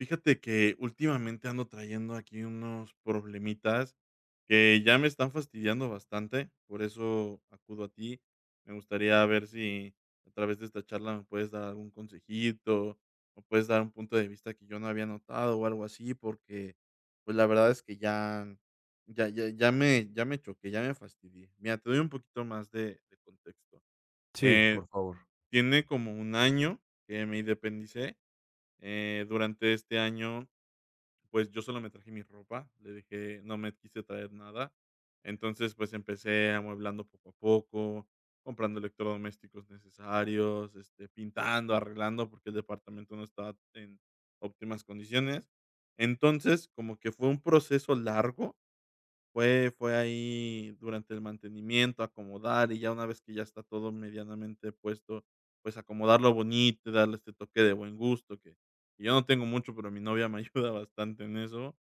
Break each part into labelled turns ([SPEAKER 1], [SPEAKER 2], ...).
[SPEAKER 1] Fíjate que últimamente ando trayendo aquí unos problemitas que ya me están fastidiando bastante, por eso acudo a ti. Me gustaría ver si a través de esta charla me puedes dar algún consejito, o puedes dar un punto de vista que yo no había notado o algo así, porque, pues, la verdad es que ya me choqué, ya me fastidié. Mira, te doy un poquito más de contexto.
[SPEAKER 2] Sí,
[SPEAKER 1] Eh,
[SPEAKER 2] por favor,
[SPEAKER 1] Tiene como un año que me independicé. Durante este año, pues, yo solo me traje mi ropa, le dejé, no me quise traer nada. Entonces, pues, empecé amueblando poco a poco, comprando electrodomésticos necesarios, este, pintando, arreglando, porque el departamento no estaba en óptimas condiciones. Entonces, como que fue un proceso largo, fue ahí durante el mantenimiento, acomodar, y ya una vez que ya está todo medianamente puesto, pues, acomodarlo bonito, darle este toque de buen gusto, que yo no tengo mucho, pero mi novia me ayuda bastante en eso.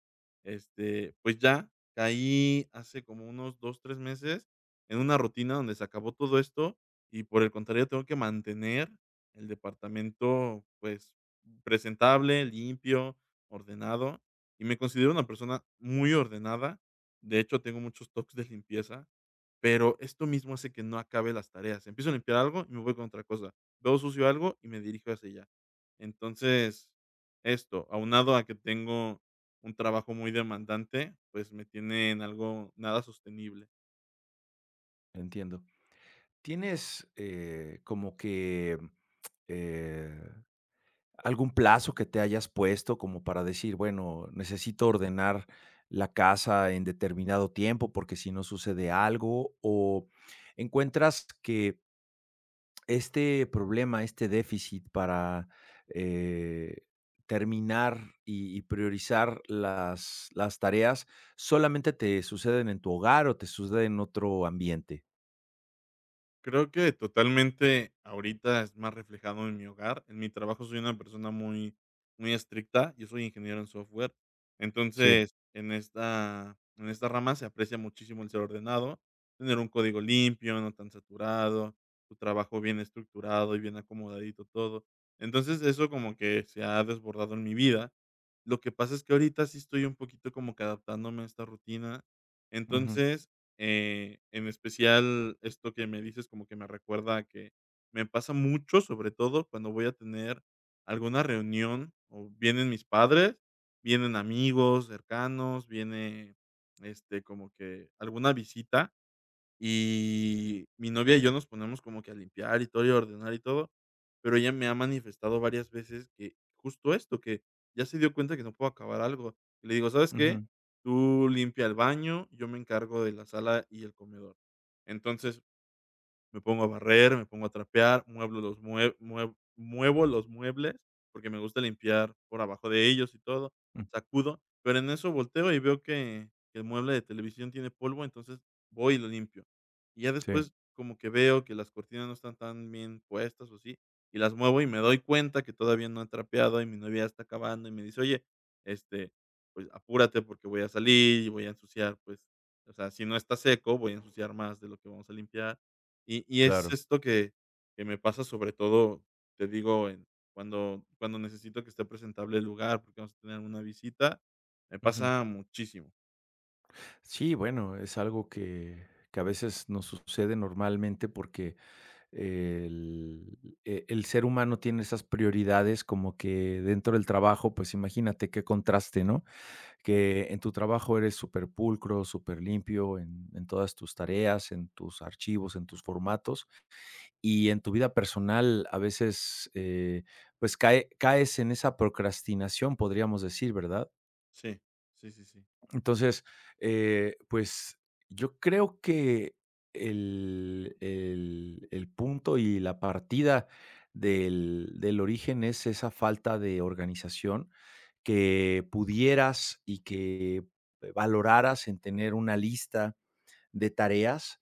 [SPEAKER 1] Este, pues ya, caí hace como unos 2 3 meses en una rutina donde se acabó todo esto, y por el contrario, tengo que mantener el departamento, pues, presentable, limpio, ordenado, y me considero una persona muy ordenada. De hecho, tengo muchos toques de limpieza, pero esto mismo hace que no acabe las tareas. Empiezo a limpiar algo y me voy con otra cosa. Veo sucio algo y me dirijo hacia allá. Entonces, esto, aunado a que tengo un trabajo muy demandante, pues me tiene en algo nada sostenible.
[SPEAKER 2] entiendo. ¿Tienes, como que, eh, algún plazo que te hayas puesto como para decir, bueno, necesito ordenar la casa en determinado tiempo, porque si no sucede algo? ¿O encuentras que este problema, este déficit para, eh, terminar y priorizar las tareas, solamente te suceden en tu hogar o te sucede en otro ambiente?
[SPEAKER 1] Creo que totalmente ahorita es más reflejado en mi hogar. En mi trabajo soy una persona muy, muy estricta. Yo soy ingeniero en software.
[SPEAKER 2] Sí.
[SPEAKER 1] Entonces, en esta rama se aprecia muchísimo el ser ordenado, tener un código limpio, no tan saturado, tu trabajo bien estructurado y bien acomodadito todo. Entonces, eso como que se ha desbordado en mi vida. Lo que pasa es que ahorita sí estoy un poquito como que adaptándome a esta rutina.
[SPEAKER 2] Ujú,
[SPEAKER 1] Entonces, en especial, esto que me dices como que me recuerda a que me pasa mucho, sobre todo cuando voy a tener alguna reunión, o vienen mis padres, vienen amigos cercanos, viene, este, como que alguna visita. Y mi novia y yo nos ponemos como que a limpiar y todo, y a ordenar y todo, pero ella me ha manifestado varias veces que justo esto, que ya se dio cuenta que no puedo acabar algo. Y le digo: "¿Sabes qué?
[SPEAKER 2] ujú,
[SPEAKER 1] Tú limpia el baño, yo me encargo de la sala y el comedor". Entonces me pongo a barrer, me pongo a trapear, mueblo los mue mue muevo los muebles, porque me gusta limpiar por abajo de ellos y todo,
[SPEAKER 2] mm,
[SPEAKER 1] sacudo, pero en eso volteo y veo que el mueble de televisión tiene polvo, entonces voy y lo limpio. Y ya
[SPEAKER 2] sí,
[SPEAKER 1] después como que veo que las cortinas no están tan bien puestas o así, y las muevo y me doy cuenta que todavía no he trapeado y mi novia ya está acabando y me dice: "Oye, este, pues apúrate porque voy a salir y voy a ensuciar, pues, o sea, si no está seco, voy a ensuciar más de lo que vamos a limpiar". Y es
[SPEAKER 2] claro.
[SPEAKER 1] esto que me pasa sobre todo, te digo, en cuando necesito que esté presentable el lugar, porque vamos a tener una visita, me
[SPEAKER 2] Ujú.
[SPEAKER 1] pasa muchísimo.
[SPEAKER 2] Sí, bueno, es algo que a veces nos sucede normalmente porque el el ser humano tiene esas prioridades como que dentro del trabajo, pues, imagínate qué contraste, ¿no? Que en tu trabajo eres súper pulcro, superpulcro, limpio en todas tus tareas, en tus archivos, en tus formatos, y en tu vida personal a veces, pues, caes en esa procrastinación, podríamos decir, ¿verdad?
[SPEAKER 1] Sí, sí, sí, sí,
[SPEAKER 2] Entonces, pues yo creo que el punto y la partida del origen es esa falta de organización que pudieras y que valoraras en tener una lista de tareas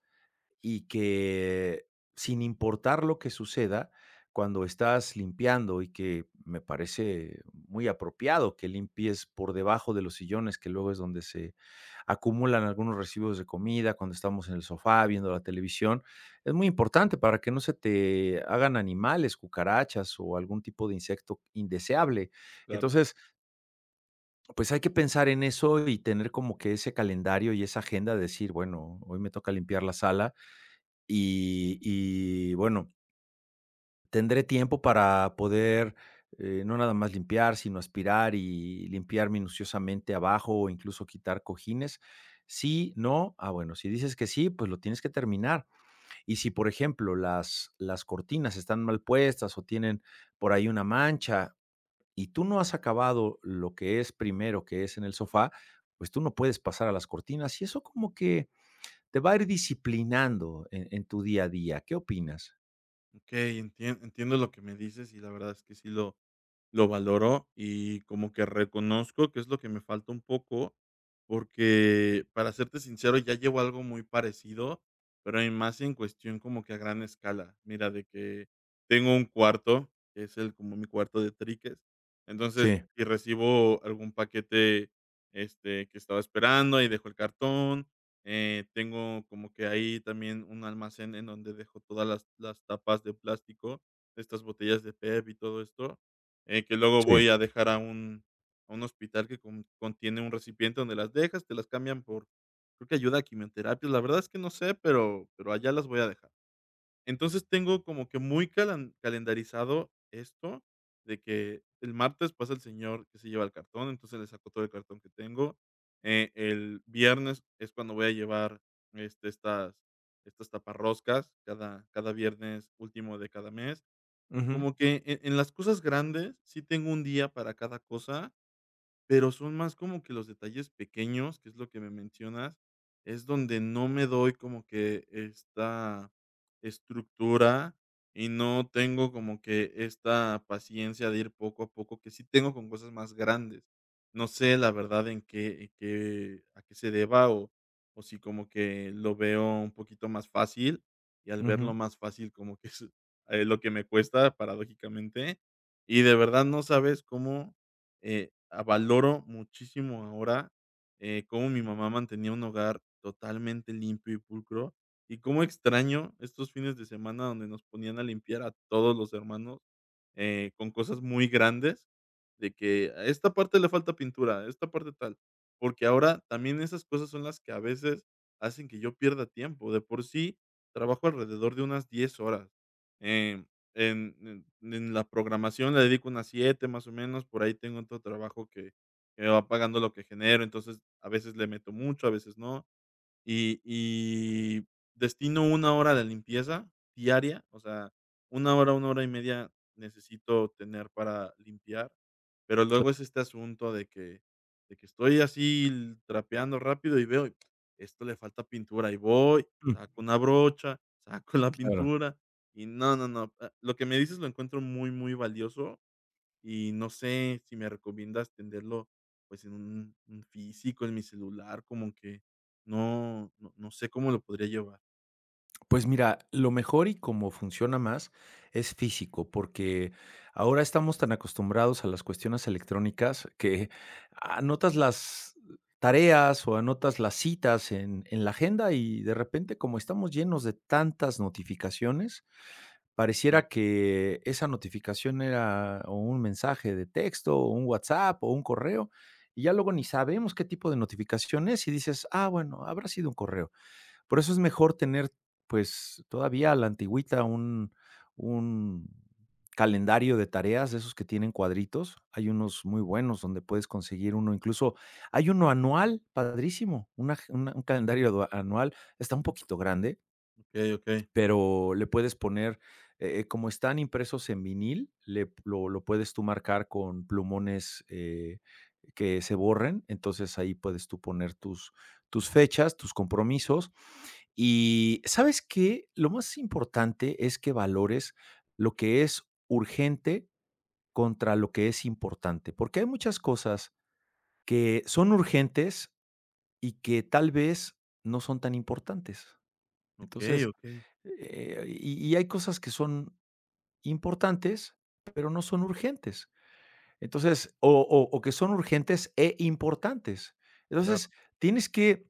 [SPEAKER 2] y que sin importar lo que suceda, cuando estás limpiando y que me parece muy apropiado que limpies por debajo de los sillones, que luego es donde se acumulan algunos residuos de comida, cuando estamos en el sofá viendo la televisión, es muy importante para que no se te hagan animales, cucarachas o algún tipo de insecto indeseable.
[SPEAKER 1] claro.
[SPEAKER 2] Entonces, pues hay que pensar en eso y tener como que ese calendario y esa agenda de decir, bueno, hoy me toca limpiar la sala y bueno, tendré tiempo para poder, no nada más limpiar, sino aspirar y limpiar minuciosamente abajo, o incluso quitar cojines. Sí, no, ah, bueno, si dices que sí, pues lo tienes que terminar. Y si, por ejemplo, las cortinas están mal puestas o tienen por ahí una mancha y tú no has acabado lo que es primero, que es en el sofá, pues tú no puedes pasar a las cortinas, y eso como que te va a ir disciplinando en tu día a día, ¿qué opinas?
[SPEAKER 1] Okey, entiendo lo que me dices y la verdad es que sí. Lo valoro y como que reconozco que es lo que me falta un poco, porque, para serte sincero, ya llevo algo muy parecido, pero en más en cuestión como que a gran escala. Mira, de que tengo un cuarto, que es el como mi cuarto de triques. Entonces,
[SPEAKER 2] Sí,
[SPEAKER 1] si recibo algún paquete, este, que estaba esperando, y dejo el cartón, tengo como que ahí también un almacén en donde dejo todas las tapas de plástico, estas botellas de PET y todo esto, que luego
[SPEAKER 2] sí.
[SPEAKER 1] voy a dejar a un hospital que contiene un recipiente donde las dejas, te las cambian por, creo que ayuda a quimioterapias, la verdad es que no sé, pero allá las voy a dejar. Entonces, tengo como que muy calan calendarizado esto de que el martes pasa el señor que se lleva el cartón, entonces le saco todo el cartón que tengo. El viernes es cuando voy a llevar, este, estas taparroscas cada viernes último de cada mes.
[SPEAKER 2] Ujú,
[SPEAKER 1] Como que en las cosas grandes sí tengo un día para cada cosa, pero son más como que los detalles pequeños, que es lo que me mencionas, es donde no me doy como que esta estructura y no tengo como que esta paciencia de ir poco a poco, que sí tengo con cosas más grandes. No sé, la verdad, en qué a qué se deba o si como que lo veo un poquito más fácil, y al verlo
[SPEAKER 2] ujú.
[SPEAKER 1] más fácil como que es, lo que me cuesta paradójicamente, y de verdad no sabes cómo valoro muchísimo ahora, cómo mi mamá mantenía un hogar totalmente limpio y pulcro, y cómo extraño estos fines de semana donde nos ponían a limpiar a todos los hermanos, con cosas muy grandes, de que a esta parte le falta pintura, a esta parte tal, porque ahora también esas cosas son las que a veces hacen que yo pierda tiempo. De por sí trabajo alrededor de unas 10 horas, em en en la programación le dedico unas 7 más o menos, por ahí tengo otro trabajo que me va pagando lo que genero, entonces a veces le meto mucho, a veces no. Y destino una hora a la limpieza diaria, o sea, una hora y media necesito tener para limpiar, pero luego es este asunto de que estoy así l trapeando rápido y veo, esto le falta pintura, y voy,
[SPEAKER 2] Mm.
[SPEAKER 1] saco una brocha, saco la
[SPEAKER 2] Claro.
[SPEAKER 1] pintura, y no, no, no, lo que me dices lo encuentro muy, muy valioso. Y no sé si me recomiendas tenerlo, pues, en un físico, en mi celular, como que no sé cómo lo podría llevar.
[SPEAKER 2] Pues mira, lo mejor y como funciona más es físico, porque ahora estamos tan acostumbrados a las cuestiones electrónicas que anotas las tareas o anotas las citas en la agenda y de repente, como estamos llenos de tantas notificaciones,
[SPEAKER 1] Sí,
[SPEAKER 2] pareciera que esa notificación era o un mensaje de texto, o un WhatsApp, o un correo, y ya luego ni sabemos qué tipo de notificación es, y dices: "Ah, bueno, habrá sido un correo". Por eso es mejor tener, pues, todavía a la antigüita un calendario de tareas de esos que tienen cuadritos. Hay unos muy buenos donde puedes conseguir uno, incluso hay uno anual, padrísimo, una un calendario adua anual, está un poquito grande,
[SPEAKER 1] okey, okey,
[SPEAKER 2] pero le puedes poner, como están impresos en vinil, le lo puedes tú marcar con plumones, que se borren. Entonces, ahí puedes tú poner tus fechas, tus compromisos. Y, ¿sabes qué? Lo más importante es que valores lo que es urgente contra lo que es importante, porque hay muchas cosas que son urgentes y que tal vez no son tan importantes.
[SPEAKER 1] okey,
[SPEAKER 2] Entonces,
[SPEAKER 1] okey,
[SPEAKER 2] hay cosas que son importantes, pero no son urgentes. Entonces, o que son urgentes e importantes.
[SPEAKER 1] claro,
[SPEAKER 2] Entonces, tienes que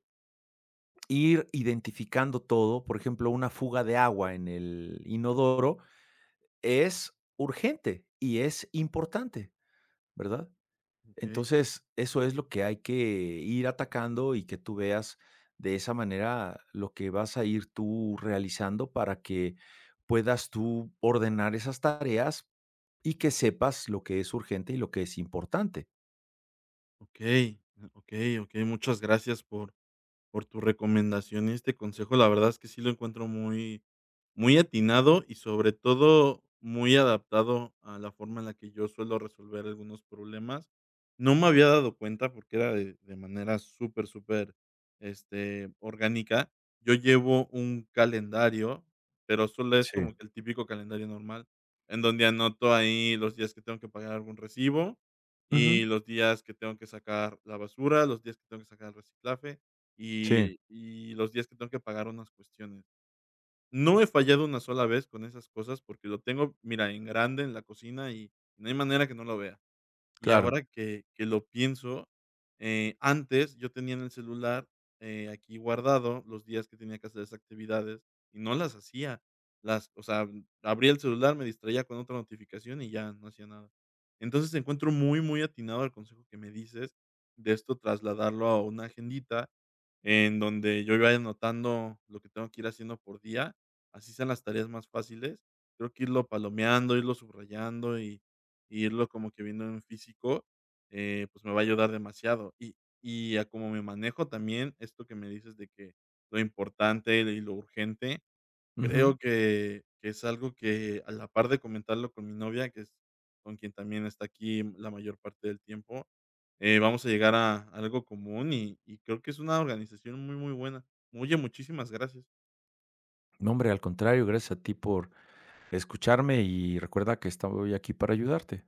[SPEAKER 2] ir identificando todo. Por ejemplo, una fuga de agua en el inodoro es urgente y es importante, ¿verdad?
[SPEAKER 1] okey,
[SPEAKER 2] Entonces, eso es lo que hay que ir atacando y que tú veas de esa manera lo que vas a ir tú realizando para que puedas tú ordenar esas tareas y que sepas lo que es urgente y lo que es importante.
[SPEAKER 1] okey, okey, okey, muchas gracias por tu recomendación y este consejo. La verdad es que sí lo encuentro muy, muy atinado y sobre todo muy adaptado a la forma en la que yo suelo resolver algunos problemas. No me había dado cuenta porque era de manera súper, súper, este, orgánica. Yo llevo un calendario, pero solo es
[SPEAKER 2] Sí.
[SPEAKER 1] como que el típico calendario normal, en donde anoto ahí los días que tengo que pagar algún recibo
[SPEAKER 2] Ujú.
[SPEAKER 1] y los días que tengo que sacar la basura, los días que tengo que sacar el reciclaje
[SPEAKER 2] Sí,
[SPEAKER 1] y los días que tengo que pagar unas cuestiones. No he fallado una sola vez con esas cosas porque lo tengo, mira, en grande en la cocina y no hay manera que no lo vea. Y
[SPEAKER 2] claro.
[SPEAKER 1] ahora que lo pienso, antes yo tenía en el celular, aquí guardado los días que tenía que hacer esas actividades y no las hacía. Las o sea, abría el celular, me distraía con otra notificación y ya no hacía nada. Entonces, encuentro muy, muy atinado el consejo que me dices de esto trasladarlo a una agendita en donde yo vaya anotando lo que tengo que ir haciendo por día, así sean las tareas más fáciles. Creo que irlo palomeando, irlo subrayando y irlo como que viendo en físico, pues me va a ayudar demasiado. Y a cómo me manejo también, esto que me dices de que lo importante y lo urgente,
[SPEAKER 2] Ujú.
[SPEAKER 1] creo que es algo que a la par de comentarlo con mi novia, que es con quien también está aquí la mayor parte del tiempo, vamos a llegar a algo común y creo que es una organización muy, muy buena. Oye, muchísimas gracias.
[SPEAKER 2] No, hombre, al contrario, gracias a ti por escucharme y recuerda que estoy aquí para ayudarte.